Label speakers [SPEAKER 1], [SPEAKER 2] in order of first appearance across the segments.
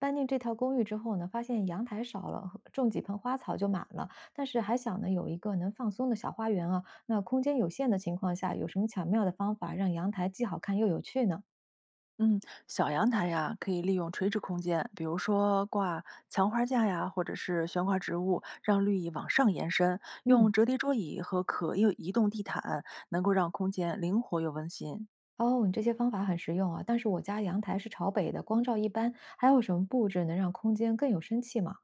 [SPEAKER 1] 搬进这套公寓之后呢，发现阳台少了，和种几盆花草就满了。但是还想呢，有一个能放松的小花园啊。那空间有限的情况下，有什么巧妙的方法让阳台既好看又有趣呢？
[SPEAKER 2] 嗯，小阳台呀，可以利用垂直空间，比如说挂墙花架呀，或者是悬挂植物，让绿意往上延伸。用
[SPEAKER 1] 嗯，
[SPEAKER 2] 折叠桌椅和可又移动地毯，能够让空间灵活又温馨。
[SPEAKER 1] 哦，你这些方法很实用啊。但是我家阳台是朝北的，光照一般。还有什么布置能让空间更有生气吗？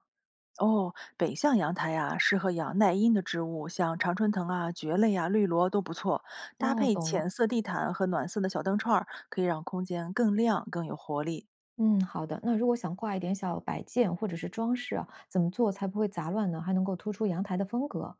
[SPEAKER 2] 哦，北向阳台呀，适合养耐阴的植物，像常春藤啊、蕨类啊、绿萝都不错。搭
[SPEAKER 1] 哦，
[SPEAKER 2] 配
[SPEAKER 1] 懂
[SPEAKER 2] 浅
[SPEAKER 1] 了。
[SPEAKER 2] 色地毯和暖色的小灯串儿，可以让空间更亮、更有活力。
[SPEAKER 1] 嗯，好的。那如果想挂一点小摆件或者是装饰啊，怎么做才不会杂乱呢？还能够突出阳台的风格？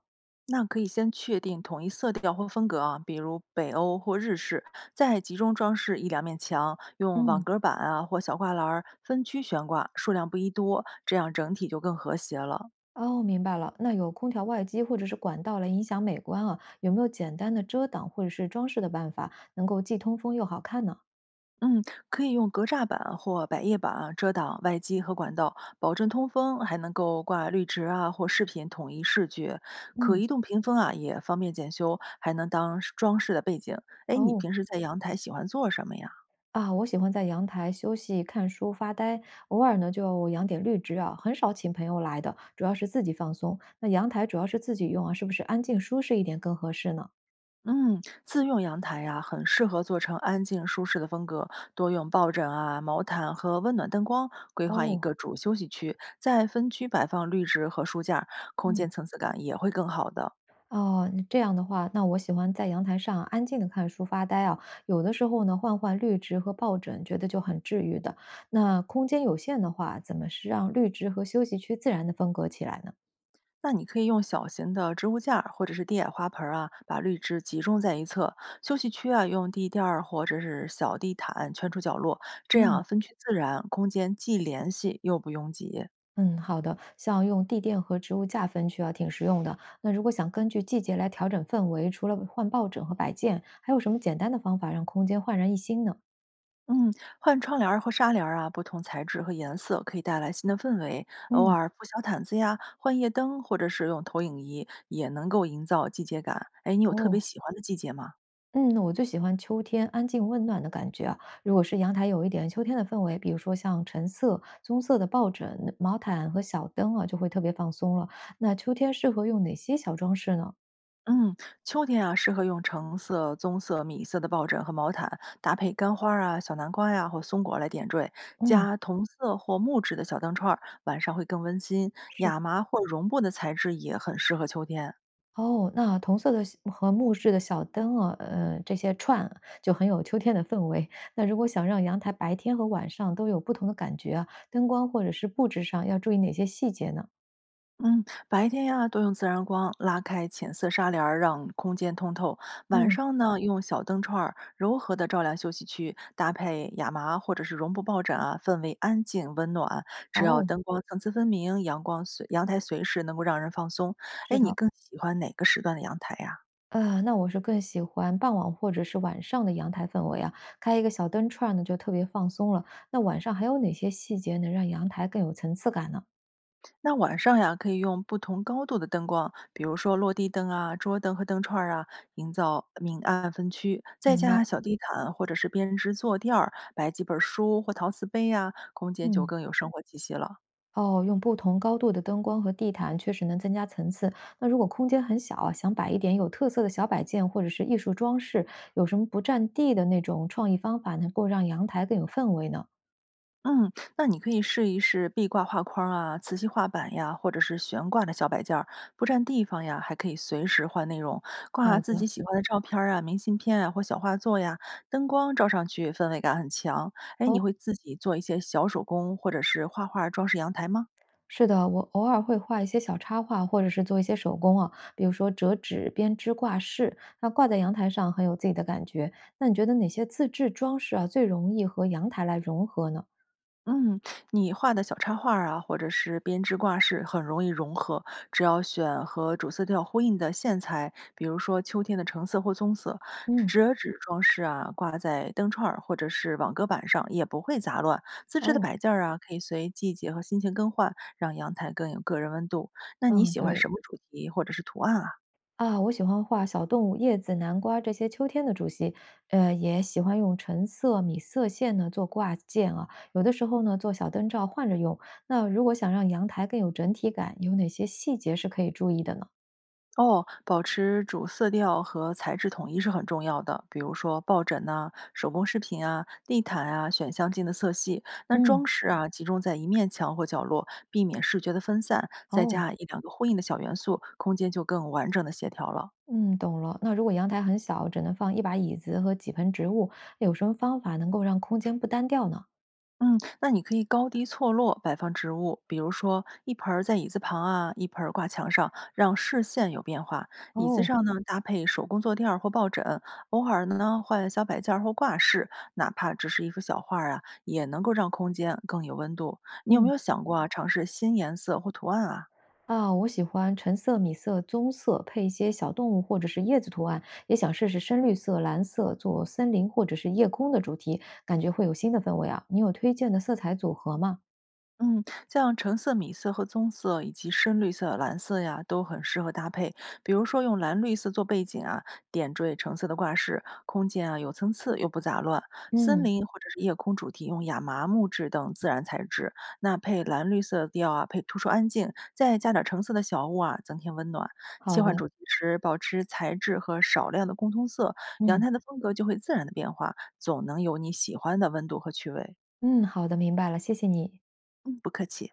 [SPEAKER 2] 那可以先确定统一色调或风格啊，比如北欧或日式，再集中装饰一两面墙，用网
[SPEAKER 1] 嗯。
[SPEAKER 2] 格板啊或小挂篮儿分区悬挂，数量不宜多，这样整体就更和谐了。
[SPEAKER 1] 哦，明白了。那有空调外机或者是管道来影响美观啊，有没有简单的遮挡或者是装饰的办法，能够既通风又好看呢？
[SPEAKER 2] 嗯，可以用格栅板或百叶板啊遮挡外机和管道，保证通风，还能够挂绿植啊或饰品，统一视觉。可
[SPEAKER 1] 嗯，
[SPEAKER 2] 移动屏风啊也方便检修，还能当装饰的背景。哎，你
[SPEAKER 1] 哦，
[SPEAKER 2] 平时在阳台喜欢做什么呀？
[SPEAKER 1] 啊，我喜欢在阳台休息、看书、发呆，偶尔呢就养点绿植啊，很少请朋友来的，主要是自己放松。那阳台主要是自己用啊，是不是安静舒适一点更合适呢？
[SPEAKER 2] 嗯，自用阳台呀、很适合做成安静舒适的风格，多用抱枕啊、毛毯和温暖灯光，规划一
[SPEAKER 1] 哦，
[SPEAKER 2] 个主休息区，在分区摆放绿植和书架，空
[SPEAKER 1] 嗯。
[SPEAKER 2] 间层次感也会更好的。
[SPEAKER 1] 哦，那这样的话，那我喜欢在阳台上安静的看书发呆啊。有的时候呢，换换绿植和抱枕，觉得就很治愈的。那空间有限的话，怎么是让绿植和休息区自然的分隔起来呢？
[SPEAKER 2] 那你可以用小型的植物架儿或者是低矮花盆儿啊，把绿植集中在一侧。休息区啊，用地垫儿或者是小地毯圈出角落，这
[SPEAKER 1] 嗯，
[SPEAKER 2] 样分区自然，空间既联系又不拥挤。
[SPEAKER 1] 嗯，好的，像用地垫和植物架分区啊，挺实用的。那如果想根据季节来调整氛围，除了换抱枕和摆件，还有什么简单的方法让空间焕然一新呢？
[SPEAKER 2] 嗯，换窗帘儿和纱帘儿啊，不同材质和颜色可以带来新的氛围。偶
[SPEAKER 1] 嗯，
[SPEAKER 2] 尔铺小毯子呀，换夜灯，或者是用投影仪，也能够营造季节感。哎，你有特别
[SPEAKER 1] 哦，
[SPEAKER 2] 喜欢的季节吗？
[SPEAKER 1] 嗯，我最喜欢秋天安静温暖的感觉啊。如果是阳台有一点秋天的氛围，比如说像橙色、棕色的抱枕、毛毯和小灯啊，就会特别放松了。那秋天适合用哪些小装饰呢？
[SPEAKER 2] 嗯，秋天啊，适合用橙色、棕色、米色的抱枕和毛毯，搭配干花儿啊、小南瓜呀、或松果来点缀，
[SPEAKER 1] 嗯，
[SPEAKER 2] 加同色或木质的小灯串儿，晚上会更温馨。
[SPEAKER 1] 是的。
[SPEAKER 2] 亚麻或绒布的材质也很适合秋天。
[SPEAKER 1] 哦，那同色的小和木质的小灯啊，这些串啊就很有秋天的氛围。那如果想让阳台白天和晚上都有不同的感觉啊，灯光或者是布置上要注意哪些细节呢？
[SPEAKER 2] 嗯，白天呀，多用自然光拉开浅色纱帘儿，让空间通透；晚
[SPEAKER 1] 嗯，
[SPEAKER 2] 上呢，用小灯串儿柔和的照亮休息区，搭配亚麻或者是绒布抱枕啊，氛围安静温暖。只要
[SPEAKER 1] 哦，
[SPEAKER 2] 灯光层次分明，阳光随阳台随时能够让人放松。哎，
[SPEAKER 1] 是
[SPEAKER 2] 你
[SPEAKER 1] 的。
[SPEAKER 2] 更喜欢哪个时段的阳台呀？
[SPEAKER 1] 那我是更喜欢傍晚或者是晚上的阳台氛围啊，开一个小灯串呢，就特别放松了。那晚上还有哪些细节能让阳台更有层次感呢？
[SPEAKER 2] 那晚上呀，可以用不同高度的灯光，比如说落地灯啊、桌灯和灯串儿啊，营造明暗分区。再
[SPEAKER 1] 明白，
[SPEAKER 2] 加小地毯或者是编织坐垫儿，摆几本儿书或陶瓷杯啊，空间就
[SPEAKER 1] 嗯，
[SPEAKER 2] 更有生活气息了。
[SPEAKER 1] 哦，用不同高度的灯光和地毯确实能增加层次。那如果空间很小啊，想摆一点有特色的小摆件或者是艺术装饰，有什么不占地的那种创意方法，能够让阳台更有氛围呢？
[SPEAKER 2] 嗯，那你可以试一试壁挂画框啊、磁吸画板呀，或者是悬挂的小摆件儿，不占地方呀，还可以随时换内容，挂
[SPEAKER 1] 好
[SPEAKER 2] 自己
[SPEAKER 1] 的，
[SPEAKER 2] 喜欢的照片儿啊、明信片啊或小画作呀，灯光照上去氛围感很强。哎，你
[SPEAKER 1] 哦。
[SPEAKER 2] 会自己做一些小手工或者是画画装饰阳台吗？
[SPEAKER 1] 是的，我偶尔会画一些小插画，或者是做一些手工啊，比如说折纸、编织挂饰，那挂在阳台上很有自己的感觉。那你觉得哪些自制装饰啊，最容易和阳台来融合呢？
[SPEAKER 2] 嗯，你画的小插画儿啊，或者是编织挂饰，很容易融合。只要选和主色调呼应的线材，比如说秋天的橙色或棕色，
[SPEAKER 1] 嗯，
[SPEAKER 2] 折纸装饰啊，挂在灯串儿或者是网格板上，也不会杂乱。自制的
[SPEAKER 1] 哦，
[SPEAKER 2] 摆件儿啊，可以随季节和心情更换，让阳台更有个人温度。那你
[SPEAKER 1] 嗯，
[SPEAKER 2] 喜欢
[SPEAKER 1] 对
[SPEAKER 2] 什么主题或者是图案啊？
[SPEAKER 1] 啊，我喜欢画小动物、叶子、南瓜这些秋天的主题，也喜欢用橙色、米色线呢做挂件啊，有的时候呢做小灯罩换着用。那如果想让阳台更有整体感，有哪些细节是可以注意的呢？
[SPEAKER 2] 哦，保持主色调和材质统一是很重要的。比如说抱枕呐、手工饰品啊、地毯啊，选相近的色系。那
[SPEAKER 1] 嗯，
[SPEAKER 2] 装饰啊，集中在一面墙或角落，避免视觉的分散，再
[SPEAKER 1] 哦。
[SPEAKER 2] 加一两个呼应的小元素，空间就更完整的协调了。
[SPEAKER 1] 嗯，懂了。那如果阳台很小，只能放一把椅子和几盆植物，有什么方法能够让空间不单调呢？
[SPEAKER 2] 嗯，那你可以高低错落摆放植物，比如说一盆儿在椅子旁啊，一盆儿挂墙上，让视线有变化。椅子
[SPEAKER 1] 哦，
[SPEAKER 2] 上呢，搭配手工坐垫儿或抱枕，偶尔呢换小摆件儿或挂饰，哪怕只是一幅小画儿啊，也能够让空间更有温度。你有没
[SPEAKER 1] 嗯，
[SPEAKER 2] 有想过啊，尝试新颜色或图案啊？
[SPEAKER 1] 啊，我喜欢橙色、米色、棕色，配一些小动物或者是叶子图案，也想试试深绿色、蓝色，做森林或者是夜空的主题，感觉会有新的氛围啊。你有推荐的色彩组合吗？
[SPEAKER 2] 嗯，像橙色、米色和棕色，以及深绿色、蓝色呀，都很适合搭配。比如说用蓝绿色做背景啊，点缀橙色的挂饰，空间啊有层次又不杂乱。森
[SPEAKER 1] 嗯，
[SPEAKER 2] 林或者是夜空主题用亚麻、木质等自然材质，那配蓝绿色调啊，配突出安静，再加点橙色的小物啊，增添温暖。切
[SPEAKER 1] 好
[SPEAKER 2] 换
[SPEAKER 1] 的，
[SPEAKER 2] 主题时保持材质和少量的共通色，阳
[SPEAKER 1] 嗯
[SPEAKER 2] 台的风格就会自然的变化，总能有你喜欢的温度和趣味。
[SPEAKER 1] 嗯，好的，明白了，谢谢你。
[SPEAKER 2] 嗯，不客气。